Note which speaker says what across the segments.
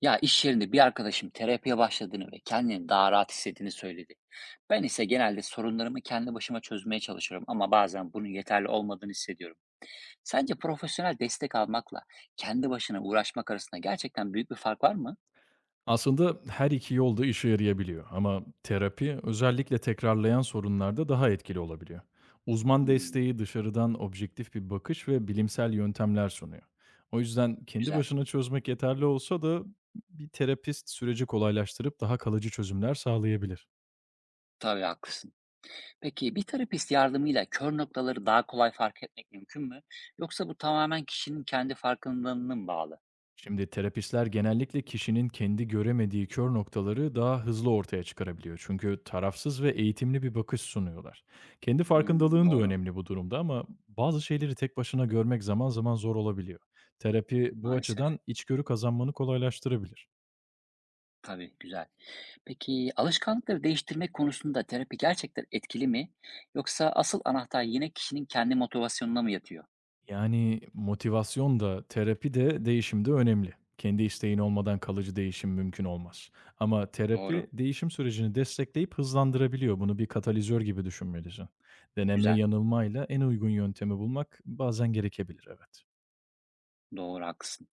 Speaker 1: Ya iş yerinde bir arkadaşım terapiye başladığını ve kendini daha rahat hissettiğini söyledi. Ben ise genelde sorunlarımı kendi başıma çözmeye çalışıyorum ama bazen bunun yeterli olmadığını hissediyorum. Sence profesyonel destek almakla kendi başına uğraşmak arasında gerçekten büyük bir fark var mı?
Speaker 2: Aslında her iki yolda işe yarayabiliyor ama terapi özellikle tekrarlayan sorunlarda daha etkili olabiliyor. Uzman
Speaker 1: Hmm,
Speaker 2: desteği dışarıdan objektif bir bakış ve bilimsel yöntemler sunuyor. O yüzden kendi
Speaker 1: güzel.
Speaker 2: başına çözmek yeterli olsa da bir terapist süreci kolaylaştırıp daha kalıcı çözümler sağlayabilir.
Speaker 1: Tabii haklısın. Peki bir terapist yardımıyla kör noktaları daha kolay fark etmek mümkün mü? Yoksa bu tamamen kişinin kendi farkındalığına mı bağlı?
Speaker 2: Şimdi terapistler genellikle kişinin kendi göremediği kör noktaları daha hızlı ortaya çıkarabiliyor. Çünkü tarafsız ve eğitimli bir bakış sunuyorlar. Kendi
Speaker 1: Hmm,
Speaker 2: farkındalığın da
Speaker 1: doğru.
Speaker 2: önemli bu durumda ama bazı şeyleri tek başına görmek zaman zaman zor olabiliyor. Terapi bu
Speaker 1: Maalesef.
Speaker 2: açıdan içgörü kazanmanı kolaylaştırabilir.
Speaker 1: Tabii, güzel. Peki, alışkanlıkları değiştirmek konusunda terapi gerçekten etkili mi? Yoksa asıl anahtar yine kişinin kendi motivasyonuna mı yatıyor?
Speaker 2: Motivasyon da terapi de değişimde önemli. Kendi isteğin olmadan kalıcı değişim mümkün olmaz. Ama
Speaker 1: Doğru,
Speaker 2: terapi değişim sürecini destekleyip hızlandırabiliyor. Bunu bir katalizör gibi düşünmelisin. Deneme
Speaker 1: güzel.
Speaker 2: yanılmayla en uygun yöntemi bulmak bazen gerekebilir, evet.
Speaker 1: Doğru, haklısın.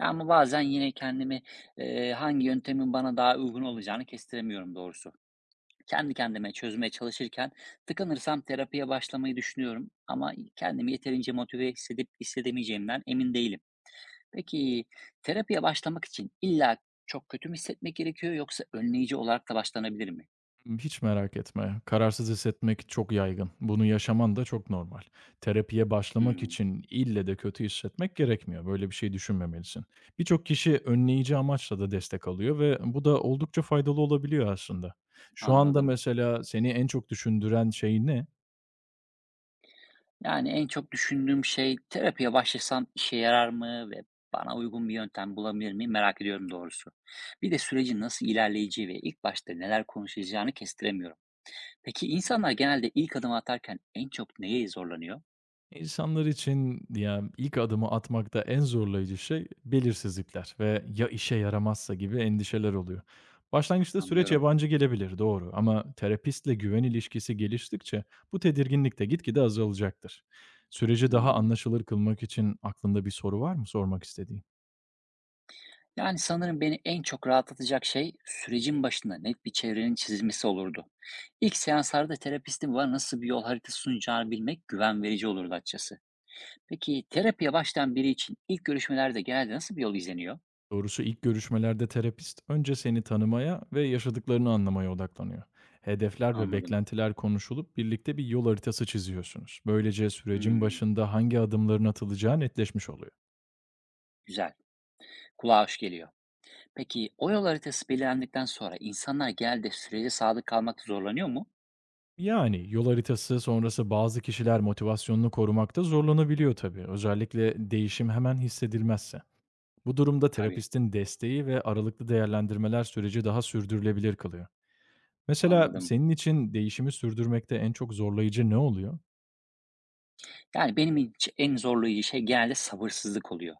Speaker 1: Ya, ama bazen yine kendimi, hangi yöntemin bana daha uygun olacağını kestiremiyorum doğrusu. Kendi kendime çözmeye çalışırken tıkanırsam terapiye başlamayı düşünüyorum ama kendimi yeterince motive hissedip hissedemeyeceğimden emin değilim. Peki terapiye başlamak için illa çok kötü mü hissetmek gerekiyor yoksa önleyici olarak da başlanabilir mi?
Speaker 2: Hiç merak etme. Kararsız hissetmek çok yaygın. Bunu yaşaman da çok normal. Terapiye başlamak
Speaker 1: Hmm,
Speaker 2: için ille de kötü hissetmek gerekmiyor. Böyle bir şey düşünmemelisin. Birçok kişi önleyici amaçla da destek alıyor ve bu da oldukça faydalı olabiliyor aslında. Şu anda
Speaker 1: anladım.
Speaker 2: mesela seni en çok düşündüren şey ne?
Speaker 1: Yani en çok düşündüğüm şey terapiye başlasam işe yarar mı ve bana uygun bir yöntem bulabilir miyim merak ediyorum doğrusu. Bir de sürecin nasıl ilerleyeceği ve ilk başta neler konuşacağını kestiremiyorum. Peki insanlar genelde ilk adımı atarken en çok neye zorlanıyor?
Speaker 2: İnsanlar için ya ilk adımı atmakta en zorlayıcı şey belirsizlikler ve ya işe yaramazsa gibi endişeler oluyor. Başlangıçta süreç
Speaker 1: Anlıyorum.
Speaker 2: yabancı gelebilir doğru ama terapistle güven ilişkisi geliştikçe bu tedirginlik de gitgide azalacaktır. Süreci daha
Speaker 1: Hmm.
Speaker 2: anlaşılır kılmak için aklında bir soru var mı sormak istediğin?
Speaker 1: Yani sanırım beni en çok rahatlatacak şey sürecin başında net bir çevrenin çizilmesi olurdu. İlk seanslarda terapistin bana nasıl bir yol haritası sunacağını bilmek güven verici olurdu açıkçası. Peki terapiye başlayan biri için ilk görüşmelerde genelde nasıl bir yol izleniyor?
Speaker 2: Doğrusu ilk görüşmelerde terapist önce seni tanımaya ve yaşadıklarını anlamaya odaklanıyor. Hedefler ve
Speaker 1: Anladım.
Speaker 2: beklentiler konuşulup birlikte bir yol haritası çiziyorsunuz. Böylece sürecin
Speaker 1: Hmm,
Speaker 2: başında hangi adımların atılacağı netleşmiş oluyor.
Speaker 1: güzel. Kulağa hoş geliyor. Peki o yol haritası belirlendikten sonra insanlar genelde sürece sadık kalmakta zorlanıyor mu?
Speaker 2: Yani yol haritası sonrası bazı kişiler motivasyonunu korumakta zorlanabiliyor tabii. Özellikle değişim hemen hissedilmezse. Bu durumda
Speaker 1: Tabii,
Speaker 2: terapistin desteği ve aralıklı değerlendirmeler süreci daha sürdürülebilir kılıyor. Mesela
Speaker 1: anladım.
Speaker 2: senin için değişimi sürdürmekte en çok zorlayıcı ne oluyor?
Speaker 1: Yani benim için en zorlayıcı şey genelde sabırsızlık oluyor.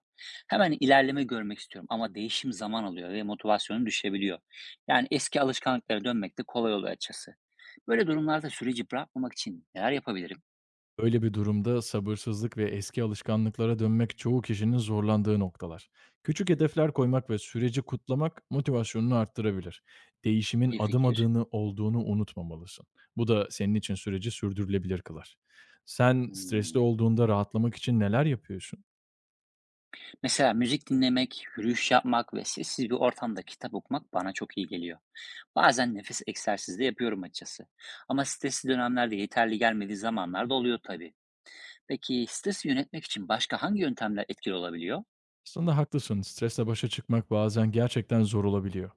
Speaker 1: Hemen ilerleme görmek istiyorum ama değişim zaman alıyor ve motivasyonum düşebiliyor. Yani eski alışkanlıklara dönmek de kolay oluyor açıkçası. Böyle durumlarda süreci bırakmamak için neler yapabilirim?
Speaker 2: Böyle bir durumda sabırsızlık ve eski alışkanlıklara dönmek çoğu kişinin zorlandığı noktalar. Küçük hedefler koymak ve süreci kutlamak motivasyonunu arttırabilir. Değişimin
Speaker 1: İyi
Speaker 2: adım
Speaker 1: fikir.
Speaker 2: adını olduğunu unutmamalısın. Bu da senin için süreci sürdürülebilir kılar. Sen stresli
Speaker 1: Hmm.
Speaker 2: olduğunda rahatlamak için neler yapıyorsun?
Speaker 1: Mesela müzik dinlemek, yürüyüş yapmak ve sessiz bir ortamda kitap okumak bana çok iyi geliyor. Bazen nefes egzersizi de yapıyorum açıkçası. Ama stresli dönemlerde yeterli gelmediği zamanlar da oluyor tabii. Peki stresi yönetmek için başka hangi yöntemler etkili olabiliyor?
Speaker 2: Aslında haklısın. Stresle başa çıkmak bazen gerçekten zor olabiliyor.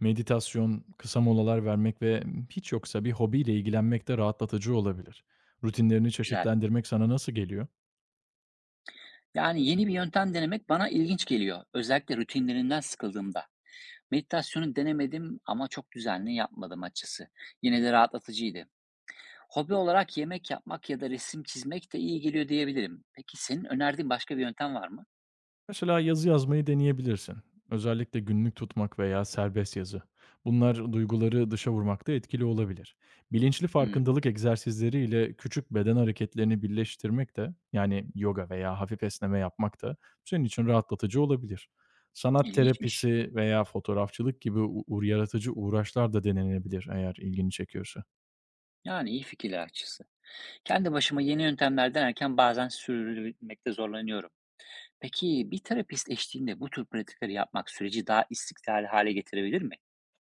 Speaker 2: Meditasyon, kısa molalar vermek ve hiç yoksa bir hobiyle ilgilenmek de rahatlatıcı olabilir. Rutinlerini
Speaker 1: Güzel.
Speaker 2: çeşitlendirmek sana nasıl geliyor?
Speaker 1: Yani yeni bir yöntem denemek bana ilginç geliyor. Özellikle rutinlerinden sıkıldığımda. Meditasyonu denemedim ama çok düzenli yapmadım açıkçası. Yine de rahatlatıcıydı. Hobi olarak yemek yapmak ya da resim çizmek de iyi geliyor diyebilirim. Peki senin önerdiğin başka bir yöntem var mı?
Speaker 2: Mesela yazı yazmayı deneyebilirsin. Özellikle günlük tutmak veya serbest yazı. Bunlar duyguları dışa vurmakta etkili olabilir. Bilinçli
Speaker 1: Hmm,
Speaker 2: farkındalık egzersizleri ile küçük beden hareketlerini birleştirmek de yani yoga veya hafif esneme yapmak da senin için rahatlatıcı olabilir. Sanat
Speaker 1: ilginçmiş.
Speaker 2: terapisi veya fotoğrafçılık gibi yaratıcı uğraşlar da denenebilir eğer ilgini çekiyorsa.
Speaker 1: Yani iyi fikirler açıkçası. Kendi başıma yeni yöntemler denerken bazen sürdürmekte zorlanıyorum. Peki bir terapist eşliğinde bu tür pratikleri yapmak süreci daha istikrarlı hale getirebilir mi?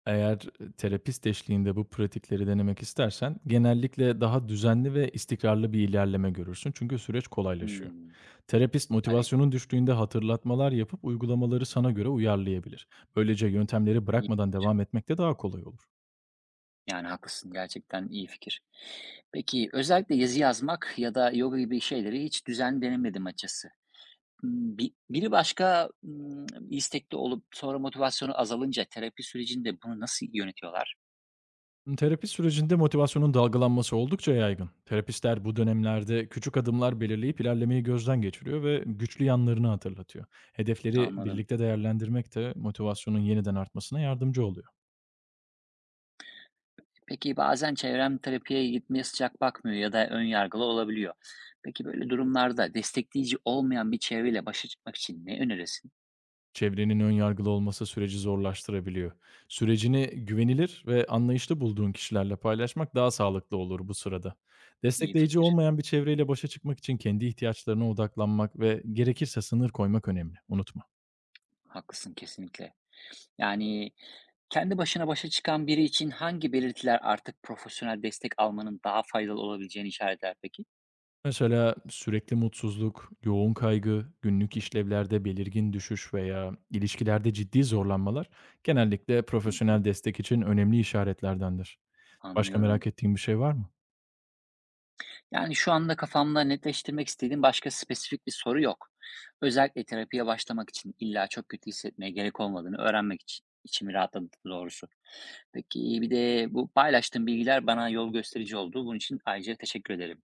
Speaker 2: Eğer terapist eşliğinde bu pratikleri denemek istersen, genellikle daha düzenli ve istikrarlı bir ilerleme görürsün çünkü süreç kolaylaşıyor.
Speaker 1: Hmm,
Speaker 2: Terapist
Speaker 1: tabii.
Speaker 2: motivasyonun düştüğünde hatırlatmalar yapıp uygulamaları sana göre uyarlayabilir. Böylece yöntemleri bırakmadan devam etmek de daha kolay olur.
Speaker 1: Yani haklısın. Gerçekten iyi fikir. Peki özellikle yazı yazmak ya da yoga gibi şeyleri hiç düzen denemedim açıkçası. Hmm, Biri başka hmm, istekli olup sonra motivasyonu azalınca terapi sürecinde bunu nasıl yönetiyorlar?
Speaker 2: Terapi sürecinde motivasyonun dalgalanması oldukça yaygın. Terapistler bu dönemlerde küçük adımlar belirleyip ilerlemeyi gözden geçiriyor ve güçlü yanlarını hatırlatıyor. Hedefleri
Speaker 1: Anladım.
Speaker 2: birlikte değerlendirmek de motivasyonun yeniden artmasına yardımcı oluyor.
Speaker 1: Peki bazen çevrem terapiye gitmeye sıcak bakmıyor ya da ön yargılı olabiliyor. Peki böyle durumlarda destekleyici olmayan bir çevreyle başa çıkmak için ne önerirsin?
Speaker 2: Çevrenin ön yargılı olması süreci zorlaştırabiliyor. Sürecini güvenilir ve anlayışlı bulduğun kişilerle paylaşmak daha sağlıklı olur bu sırada.
Speaker 1: İyi
Speaker 2: Destekleyici
Speaker 1: fikir.
Speaker 2: olmayan bir çevreyle başa çıkmak için kendi ihtiyaçlarına odaklanmak ve gerekirse sınır koymak önemli. Unutma.
Speaker 1: Haklısın kesinlikle. Yani, kendi başına başa çıkan biri için hangi belirtiler artık profesyonel destek almanın daha faydalı olabileceğini işaret eder peki?
Speaker 2: Mesela sürekli mutsuzluk, yoğun kaygı, günlük işlevlerde belirgin düşüş veya ilişkilerde ciddi zorlanmalar genellikle
Speaker 1: Hı hı.
Speaker 2: profesyonel destek için önemli işaretlerdendir. Başka merak
Speaker 1: Anlıyorum.
Speaker 2: ettiğin bir şey var mı?
Speaker 1: Yani, şu anda kafamda netleştirmek istediğim başka spesifik bir soru yok. Özellikle terapiye başlamak için illa çok kötü hissetmeye gerek olmadığını öğrenmek için içimi rahatladı doğrusu. Peki, bir de bu paylaştığın bilgiler bana yol gösterici oldu. Bunun için ayrıca teşekkür ederim.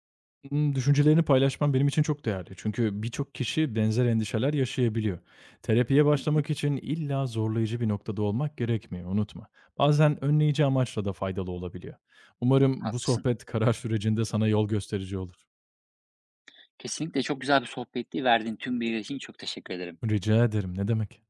Speaker 2: Düşüncelerini paylaşman benim için çok değerli. Çünkü birçok kişi benzer endişeler yaşayabiliyor. Terapiye
Speaker 1: Hı hı.
Speaker 2: başlamak için illa zorlayıcı bir noktada olmak gerekmiyor, unutma. Bazen önleyici amaçla da faydalı olabiliyor. Umarım bu
Speaker 1: Haklısın.
Speaker 2: sohbet karar sürecinde sana yol gösterici olur.
Speaker 1: Kesinlikle çok güzel bir sohbetti. Verdiğin tüm bilgiler için çok teşekkür ederim.
Speaker 2: Rica ederim, ne demek.